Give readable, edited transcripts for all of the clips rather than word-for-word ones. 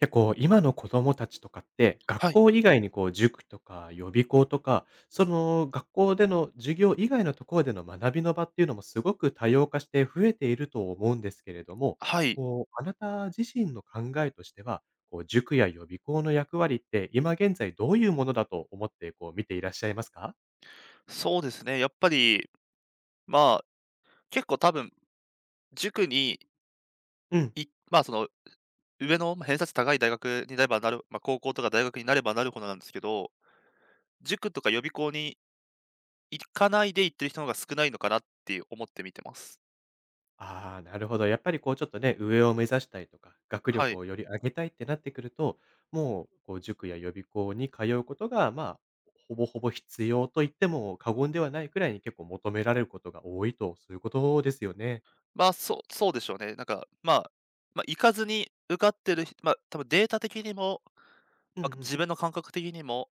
結構今の子供たちとかって、学はい、校以外に塾とか予備校とか、その学校での授業以外のところでの学びの場っていうのもすごく多様化して増えていると思うんですけれども、はい、あなた自身の考えとしては、塾や予備校の役割って今現在どういうものだと思って見ていらっしゃいますか？そうですね。やっぱり、まあ、結構多分、塾にうん。いまあ、その、上のまあ偏差値高い大学になればなるまあ、高校とか大学になればなるほどなんですけど、塾とか予備校に行かないで行ってる人の方が少ないのかなって思って見てます。ああ、なるほど。やっぱりちょっとね、上を目指したいとか、学は力い。をより上げたいってなってくると、もう塾や予備校に通うことが、ほぼほぼ必要と言っても過言ではないくらいに結構求められることが多いと、そういうことですよね。まあ、そうそうでしょうね。行かずに受かってる人まあ、多分データ的にも、うんうま、ん。自分の感覚的にも、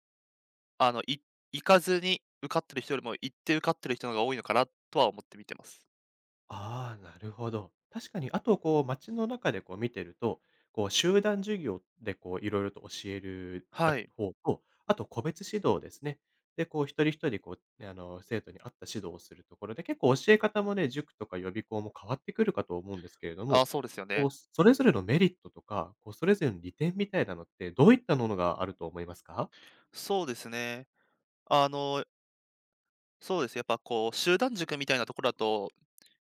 あの、い行かずに受かってる人よりも行って受かってる人の方が多いのかなとは思って見てます。ああ、なるほど。確かに、あと街の中で見てると、集団授業でいろいろと教えるがはい。方と、あと個別指導ですね。で、一人一人生徒に合った指導をするところで、結構教え方もね、塾とか予備校も変わってくるかと思うんですけれどあも、あ、そうですよね。それぞれのメリットとか、それぞれの利点みたいなのって、どういったものがあると思いますか？そうですね。あの、そうです。やっぱこう、集団塾みたいなところだと、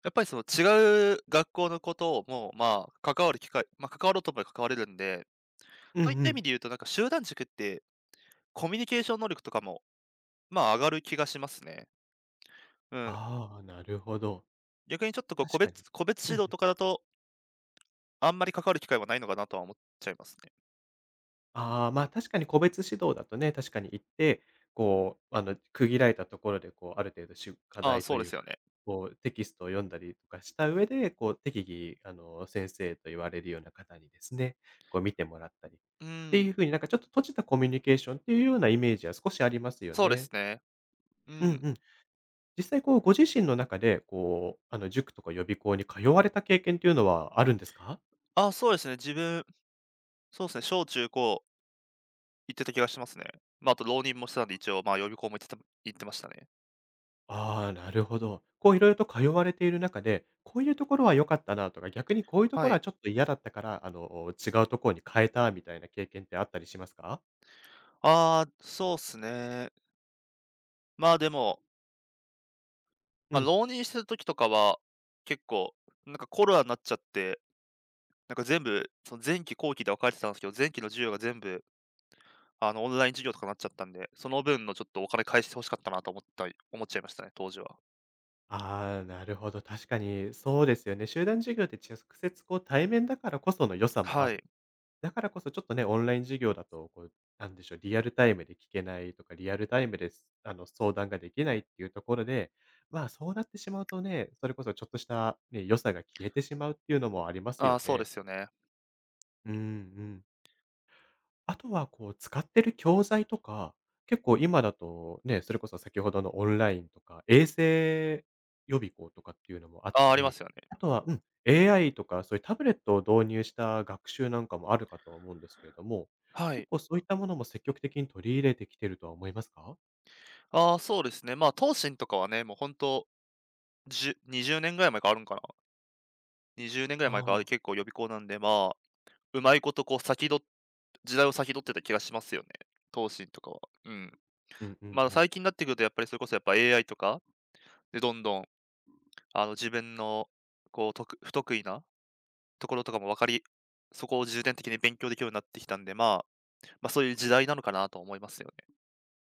やっぱりその違う学校のことをもう、まあ、関わる機会まあ、関わろうと思えば関われるんで、うんそういっうた意味ん。で言うとなんか集団塾って、コミュニケーション能力とかも、まあ、上がる気がしますね。うん。ああ、なるほど。逆にちょっとこう、個確かに。別個別う指ん。導とかだと、あんまり関わる機会はないのかなとは思っちゃいますね。ああ、確かに個別指導だとね、確かに行って、区切られたところで、ある程度し課ああ、題そとうでいうすよか、ね。テキストを読んだりとかした上で、適宜、先生と言われるような方にですね、見てもらったりっうていん、う風になんかちょっと閉じたコミュニケーションっていうようなイメージは少しありますよそうですね。ね。ううんん。うん。実際ご自身の中で、塾とか予備校に通われた経験っていうのはあるんですか？ああ、そうですね。自分、そうですね、小中高行ってた気がしますね。まあ、あと浪人もしてたんで、一応、まあ、予備校も行ってた行ってましたね。ああ、なるほど。いろいろと通われている中で、こういうところは良かったなとか、逆にこういうとはころい。はちょっと嫌だったから、違うところに変えたみたいな経験ってあったりしますか？ああ、そうっすね。まあ、でも、うまあ、ん。浪人してる時とかは、結構、なんかコロナになっちゃって、なんか全部、その前期後期で分かれてたんですけど、前期の授業が全部、あの、オンライン授業とかになっちゃったんで、その分のちょっとお金返して欲しかったなと思ったり思っちゃいましたね、当時は。ああ、なるほど、確かにそうですよね。集団授業って直接対面だからこその良さもあはる。い。だからこそちょっとね、オンライン授業だと、なんでしょう、リアルタイムで聞けないとか、リアルタイムです、相談ができないっていうところで、そうなってしまうとね、それこそちょっとした、ね、良さが消えてしまうっていうのもありますあよあ、そうでね。すよね。うんうん。あとは使ってる教材とか、結構今だとね、それこそ先ほどのオンラインとか、衛星予備校とかっていうのもあっああ、たありまり、すよね。あとは、うん、AI とかそういうタブレットを導入した学習なんかもあるかとは思うんですけれども、は結い。構そういったものも積極的に取り入れてきてるとは思いますか？ああ、そうですね。東進とかはね、もうほんと、20年ぐらい前からあるんかな。20年ぐらいあ前から、あれあ。結構予備校なんで、まあ、うまいことこう先取っ時代を先取ってた気がしますよね。東進とかは。うん。うんうんうまあ、ん。最近になってくるとやっぱりそれこそやっぱ AI とかでどんどん、あの、自分のこう、不得意なところとかも分かりそこを重点的に勉強できるようになってきたんで、まあ、そういう時代なのかなと思いますよね。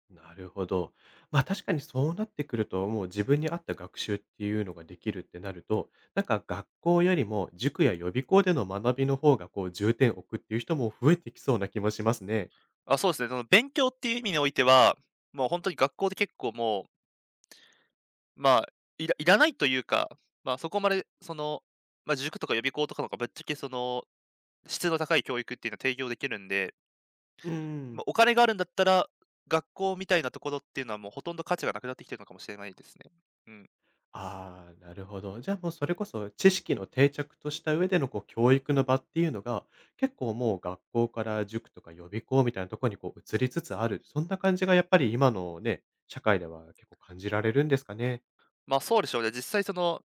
なるほど。まあ確かにそうなってくると、もう自分に合った学習っていうのができるってなると、なんか学校よりも塾や予備校での学びの方が重点を置くっていう人も増えてきそうな気もしますね。あ、そうですね、その勉強っていう意味においては、もう本当に学校で結構もう、まあ、いらないというか、まあ、そこまでその、まあ、塾とか予備校とかの方がぶっちゃけその質の高い教育っていうのは提供できるんで、うまあ、ん。お金があるんだったら、学校みたいなところっていうのはもうほとんど価値がなくなってきてるのかもしれないですね。うん。ああ、なるほど。じゃあもうそれこそ知識の定着とした上での教育の場っていうのが結構もう学校から塾とか予備校みたいなところに移りつつある。そんな感じがやっぱり今のね、社会では結構感じられるんですかね。ま、そうでしょうね。実際その、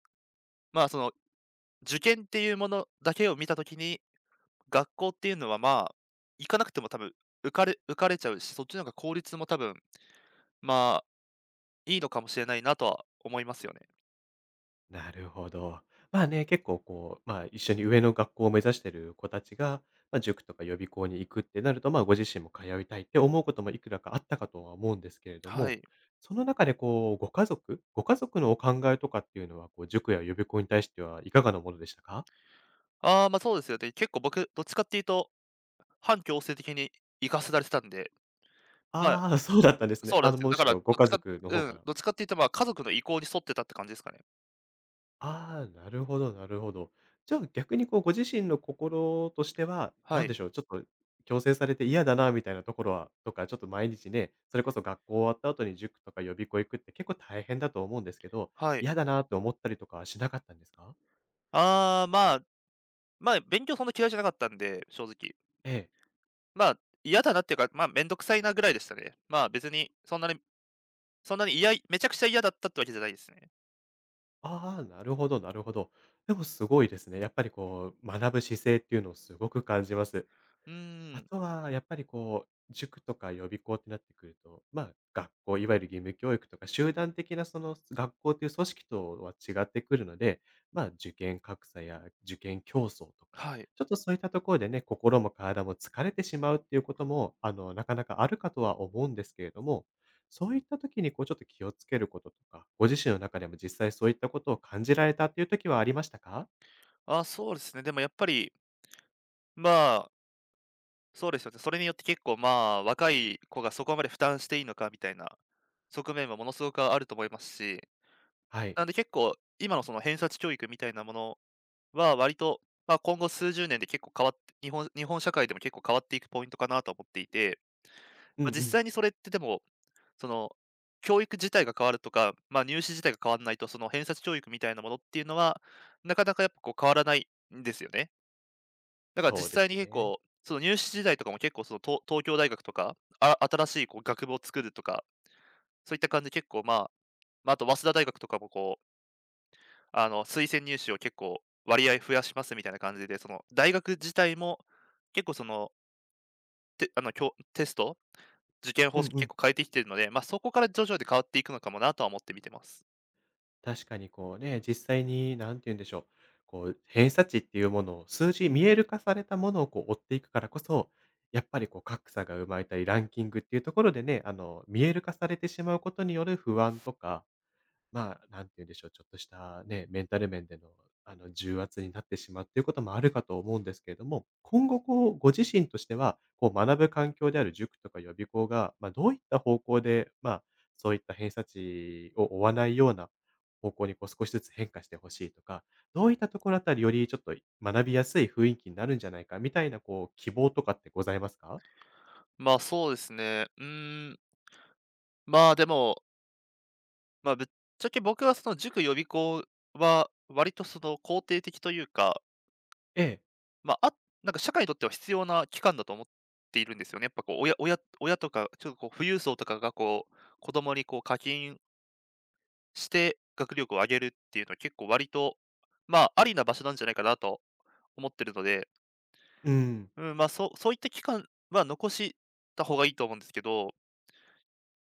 まあ、その受験っていうものだけを見たときに、学校っていうのは、まあ、行かなくても多分受かれちゃうし、そっちの方が効率も多分、まあ、いいのかもしれないなとは思いますよね。なるほど。まあね、結構まあ一緒に上の学校を目指してる子たちが、まあ塾とか予備校に行くってなると、まあご自身も通いたいって思うこともいくらかあったかとは思うんですけれどはも、い。その中でご家族のお考えとかっていうのは、塾や予備校に対してはいかがなものでしたか。ああ、ま、そうですよね。結構僕、どっちかっていうと、反強制的に行かせられてたんで、まあああー、そうだったんですそね。うなんあでの、すよ。むだしから、ろご家族の方から。どっちかって言うと、まあ、家族の意向に沿ってたって感じですかね。ああ、なるほどなるほど。じゃあ、逆にご自身の心としては、はなんい、でしょう、ちょっと強制されて嫌だなみたいなところはとか、ちょっと毎日ね、それこそ学校終わった後に塾とか予備校行くって結構大変だと思うんですけど、はい。嫌だなって思ったりとかはしなかったんですか？ああ、まあ、まあ、勉強そんな嫌いじゃなかったんで、正直。ええ。まあ、嫌だなっていうか、まあ、めんどくさいなぐらいでしたね。まあ、別にそんなにそんなに嫌いめちゃくちゃ嫌だったってわけじゃないですね。ああ、なるほどなるほど。でもすごいですね。やっぱり学ぶ姿勢っていうのをすごく感じます。うーあん、とは、やっぱり塾とか予備校ってなってくると、まあ、学校、いわゆる義務教育とか、集団的なその学校という組織とは違ってくるので、まあ、受験格差や受験競争とか、はい。ちょっとそういったところでね、心も体も疲れてしまうっていうことも、なかなかあるかとは思うんですけれども、そういった時にちょっと気をつけることとか、ご自身の中でも実際そういったことを感じられたっていう時はありましたか。あ、そうですね。でもやっぱり、まあ、そうですよね。それによって結構、まあ、若い子がそこまで負担していいのかみたいな側面はものすごくあると思いますし、はい。なんで結構、今のその偏差値教育みたいなものは、割と、まあ、今後数十年で結構変わって日本社会でも結構変わっていくポイントかなと思っていて、うんまうあ、実ん。際にそれってでも、その、教育自体が変わるとか、まあ、入試自体が変わらないと、その偏差値教育みたいなものっていうのは、なかなかやっぱこう変わらないんですよね。だからそう実で際すに結ね。構、その入試時代とかも結構その、東京大学とか、あ新しいこう学部を作るとか、そういった感じで結構、まあ、あと早稲田大学とかもこうあの、推薦入試を結構割合増やしますみたいな感じで、その、大学自体も結構その、てあの、きょテスト、受験う方ん式う結ん。構変えてきてるので、まあ、そこから徐々に変わっていくのかもなとは思って見てます。確かにね、実際になんて言うんでしょう、偏差値っていうものを数字見える化されたものを追っていくからこそ、やっぱり格差が生まれたり、ランキングっていうところでね、あの見える化されてしまうことによる不安とか、まあ、なんて言うんでしょう、ちょっとしたね、メンタル面での、重圧になってしまうっていうこともあるかと思うんですけれども、今後ご自身としては、学ぶ環境である塾とか予備校が、まあ、どういった方向で、まあ、そういった偏差値を追わないような方向に少しずつ変化してほしいとか、どういったところあたりよりちょっと学びやすい雰囲気になるんじゃないかみたいな希望とかってございますか。そうですね。うーん、まあ、でも、ぶっちゃけ僕はその塾予備校は割とその肯定的というか、ええ。まあ、なんか社会にとっては必要な期間だと思っているんですよね。やっぱこう親とかちょっとこう富裕層とかがこう、子供にこう課金して、学力を上げるっていうのは結構割と、まあ、ありな場所なんじゃないかなと思ってるので、うん。うん、まあ、そういった期間は残した方がいいと思うんですけど、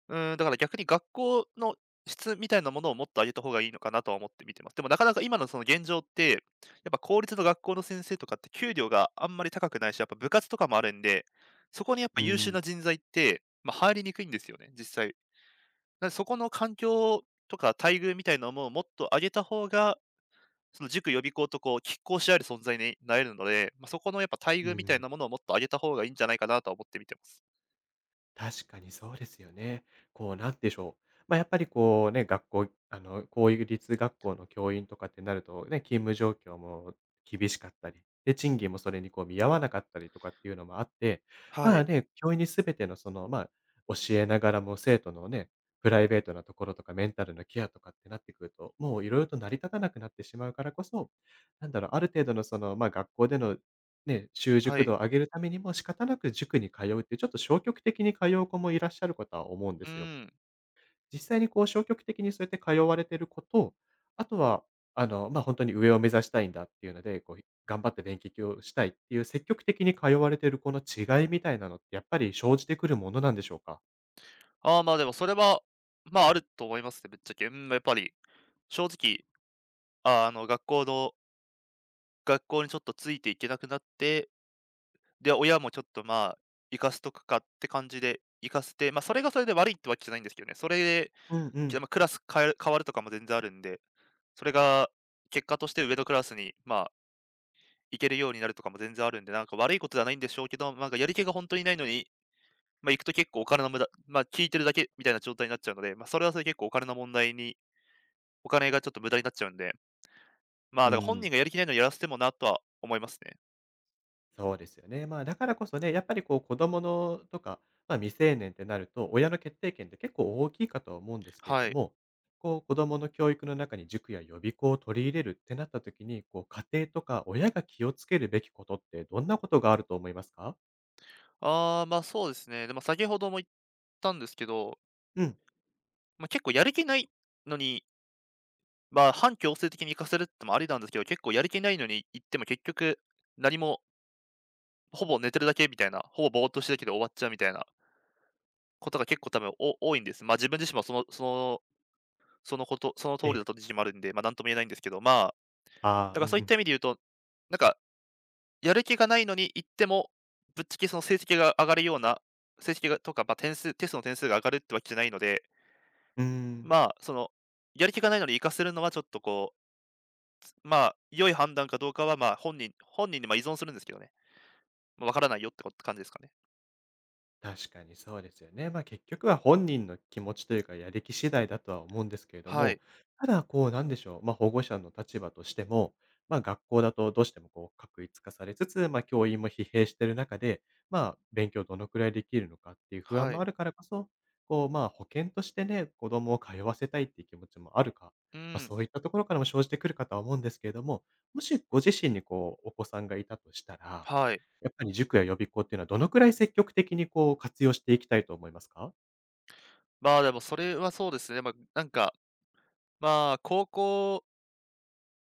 うん、だから逆に学校の質みたいなものをもっと上げた方がいいのかなとは思って見てます。でもなかなか今のその現状って、やっぱ公立の学校の先生とかって給料があんまり高くないし、やっぱ部活とかもあるんで、そこにやっぱう優秀なん。人材って、まあ、入りにくいんですよね、実際。なんでそこの環境とか待遇みたいなものをもっと上げた方がその塾予備校とこう拮抗し合える存在になれるので、まあ、そこのやっぱ待う遇みたいん。なものをもっと上げた方がいいんじゃないかなとは思って見てます。確かにそうですよね。こう、なんでしょう。まあ、やっぱりね、学校、あの、公立学校の教員とかってなるとね、勤務状況も厳しかったり、で、賃金もそれに見合わなかったりとかっていうのもあって、はまあい、ね、教員にすべてのその、まあ、教えながらも生徒のね、プライベートなところとかメンタルのケアとかってなってくると、もういろいろと成り立たなくなってしまうからこそ、なんだろう、ある程度のその、まあ学校でのね、習は熟い。度を上げるためにも仕方なく塾に通うっていう、ちょっと消極的に通う子もいらっしゃることは思うんでうすよ。ん。実際にこう消極的にそうやって通われてる子と、あとは、本当に上を目指したいんだっていうので、こう頑張って勉強をしたいっていう積極的に通われてる子の違いみたいなのって、やっぱり生じてくるものなんでしょうか？ああ、まあ、でもそれは、ま、あると思いますね、ぶっちゃけ。うん、やっぱり正直、ああの、学校の学校にちょっとついていけなくなって、で、親もちょっと、まあ、行かせとくかって感じで行かせて、ま、それがそれで悪いってわけじゃないんですけどね。それで、うんうじゃ、ん。まあ、クラス変える変わるとかも全然あるんで、それが結果として上のクラスに、まあ行けるようになるとかも全然あるんで、なんか悪いことではないんでしょうけど、なんかやり気が本当にないのに、まあ、行くと結構お金の無駄、まあ、聞いてるだけみたいな状態になっちゃうので、まあ、それはそれで結構お金の問題にお金がちょっと無駄になっちゃうんで、まあ、うだから本人ん。がやる気ないのにやらせてもなとは思いますね。そうですよね。まあ、だからこそね、やっぱりこう子供のとか、まあ、未成年ってなると、親の決定権って結構大きいかとは思うんですけれはどい。も、こう子供の教育の中に塾や予備校を取り入れるってなった時に、こう家庭とか親が気をつけるべきことってどんなことがあると思いますか。そうですね。でも先ほども言ったんですけど、うん。結構やる気ないのに、反強制的に行かせるってのもありなんですけど、結構やる気ないのに行っても結局、何もほぼ寝てるだけみたいな、ほぼぼーっとしてるだけで終わっちゃうみたいなことが結構多分お多いんです。まあ、自分自身もそのこと、その通えりえ。だと自身もあるんで、なんとも言えないんですけど、まあ、ああ、だかうらんそうういっん。た意味で言うと、なんか、やる気がないのに行っても、ぶっちゃけその成績が上がるような、成績がとか、点数テストの点数が上がるってわけじゃないので、うーん。まあ、その、やる気がないのに行かせるのはちょっとこう、まあ、良い判断かどうかは、まあ、本人に、依存するんですけどね。わからないよってこ感じですかね。確かにそうですよね。まあ、結局は本人の気持ちというか、やる気次第だとは思うんですけれどはも、い、ただこうなんでしょう、まあ、保護者の立場としても、まあ、学校だとどうしてもこう確一化されつつ、まあ、教員も疲弊している中で、まあ、勉強どのくらいできるのかっていう不安はもい。あるからこそ、こうまあ保険としてね、子供を通わせたいっていう気持ちもあるか、うまあ、ん、そういったところからも生じてくるかとは思うんですけれども、もしご自身にこうお子さんがいたとしたら、はい。やっぱり塾や予備校っていうのは、どのくらい積極的にこう活用していきたいと思いますか？まあ、でもそれはそうですね。まあ、高校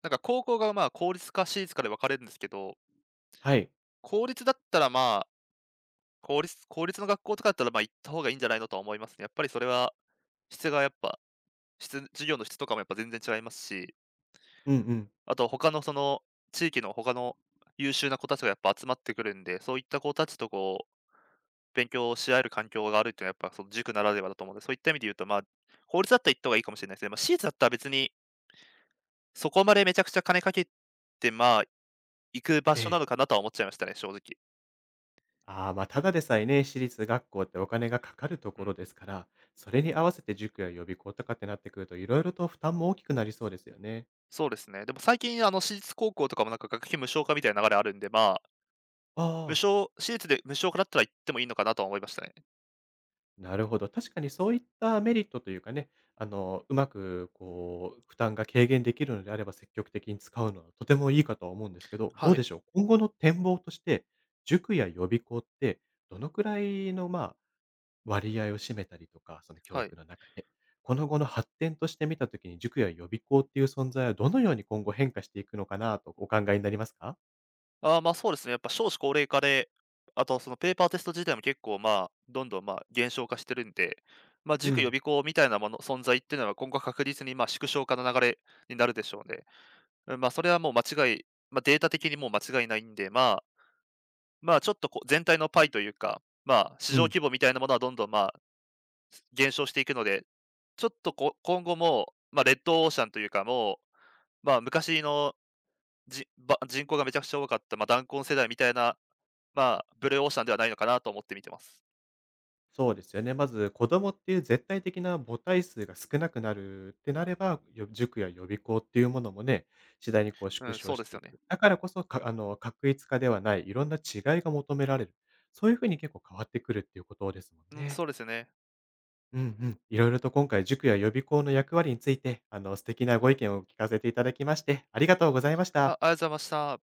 なんか高校が公立か私立かで分かれるんですけど、はい。公立だったらまあ、公立の学校とかだったら、行った方がいいんじゃないのとは思いますね。やっぱりそれは、質がやっぱ、質授業の質とかもやっぱ全然違いますし、うんうん。あと他のその、地域の他の優秀な子たちがやっぱ集まってくるんで、そういった子たちとこう、勉強し合える環境があるっていうのはやっぱその塾ならではだと思うので、そういった意味で言うと、まあ、公立だったら行った方がいいかもしれないですね。私立だったら別に、そこまでめちゃくちゃ金かけて、行く場え所なえ。のかなとは思っちゃいましたね、正直。ああ、まあ、ただでさえね、私立学校ってお金がかかるとうこん。ろですから、それに合わせて塾や予備校とかってなってくると、色々と負担も大きくなりそうですよね。そうですね。でも最近、私立高校とかもなんか学費無償化みたいな流れあるんで、まあ、ああ。私立で無償化だったら行ってもいいのかなとは思いましたね。なるほど。確かにそういったメリットというかね、あの、うまくこう、負担が軽減できるのであれば積極的に使うのはとてもいいかとは思うんですけど、どはうい、でしょう今後の展望として、塾や予備校ってどのくらいの、まあ、割合を占めたりとか、その教は育い。の中で、この後の発展として見たときに塾や予備校っていう存在はどのように今後変化していくのかなとお考えになりますか。そうですね、やっぱ少子高齢化で、あとそのペーパーテスト自体も結構、まあ、どんどん、まあ、減少化してるんで、まあ、う塾予ん。備校みたいなもの存在っていうのは今後確実に、まあ、縮小化の流れになるでしょうね。うん、まあ、それはもう間違いまあ、データ的にもう間違いないんで、まあ、ちょっとこう全体のパイというか、まあ、市う場ん。規模みたいなものはどんどん、まあ、減少していくので、ちょっとこ今後も、まあ、レッドオーシャンというか、もう、まあ、昔のじば人口がめちゃくちゃ多かった、まあ、弾痕世代みたいな、まあ、ブルーオーシャンではないのかなと思って見てます。そうですよね。まず子供っていう絶対的な母体数が少なくなるってなれば、よ塾や予備校っていうものもね、次第にこうう縮ん、小そうしですてよいね。く。だからこそ、かあの、確一化ではない、いろんな違いが求められる。そういうふうに結構変わってくるっていうことですもんうん、そね。うですよね。うんうん。いろいろと今回塾や予備校の役割について、あの、素敵なご意見を聞かせていただきまして、ありがとうございましあ、あた。りがとうございました。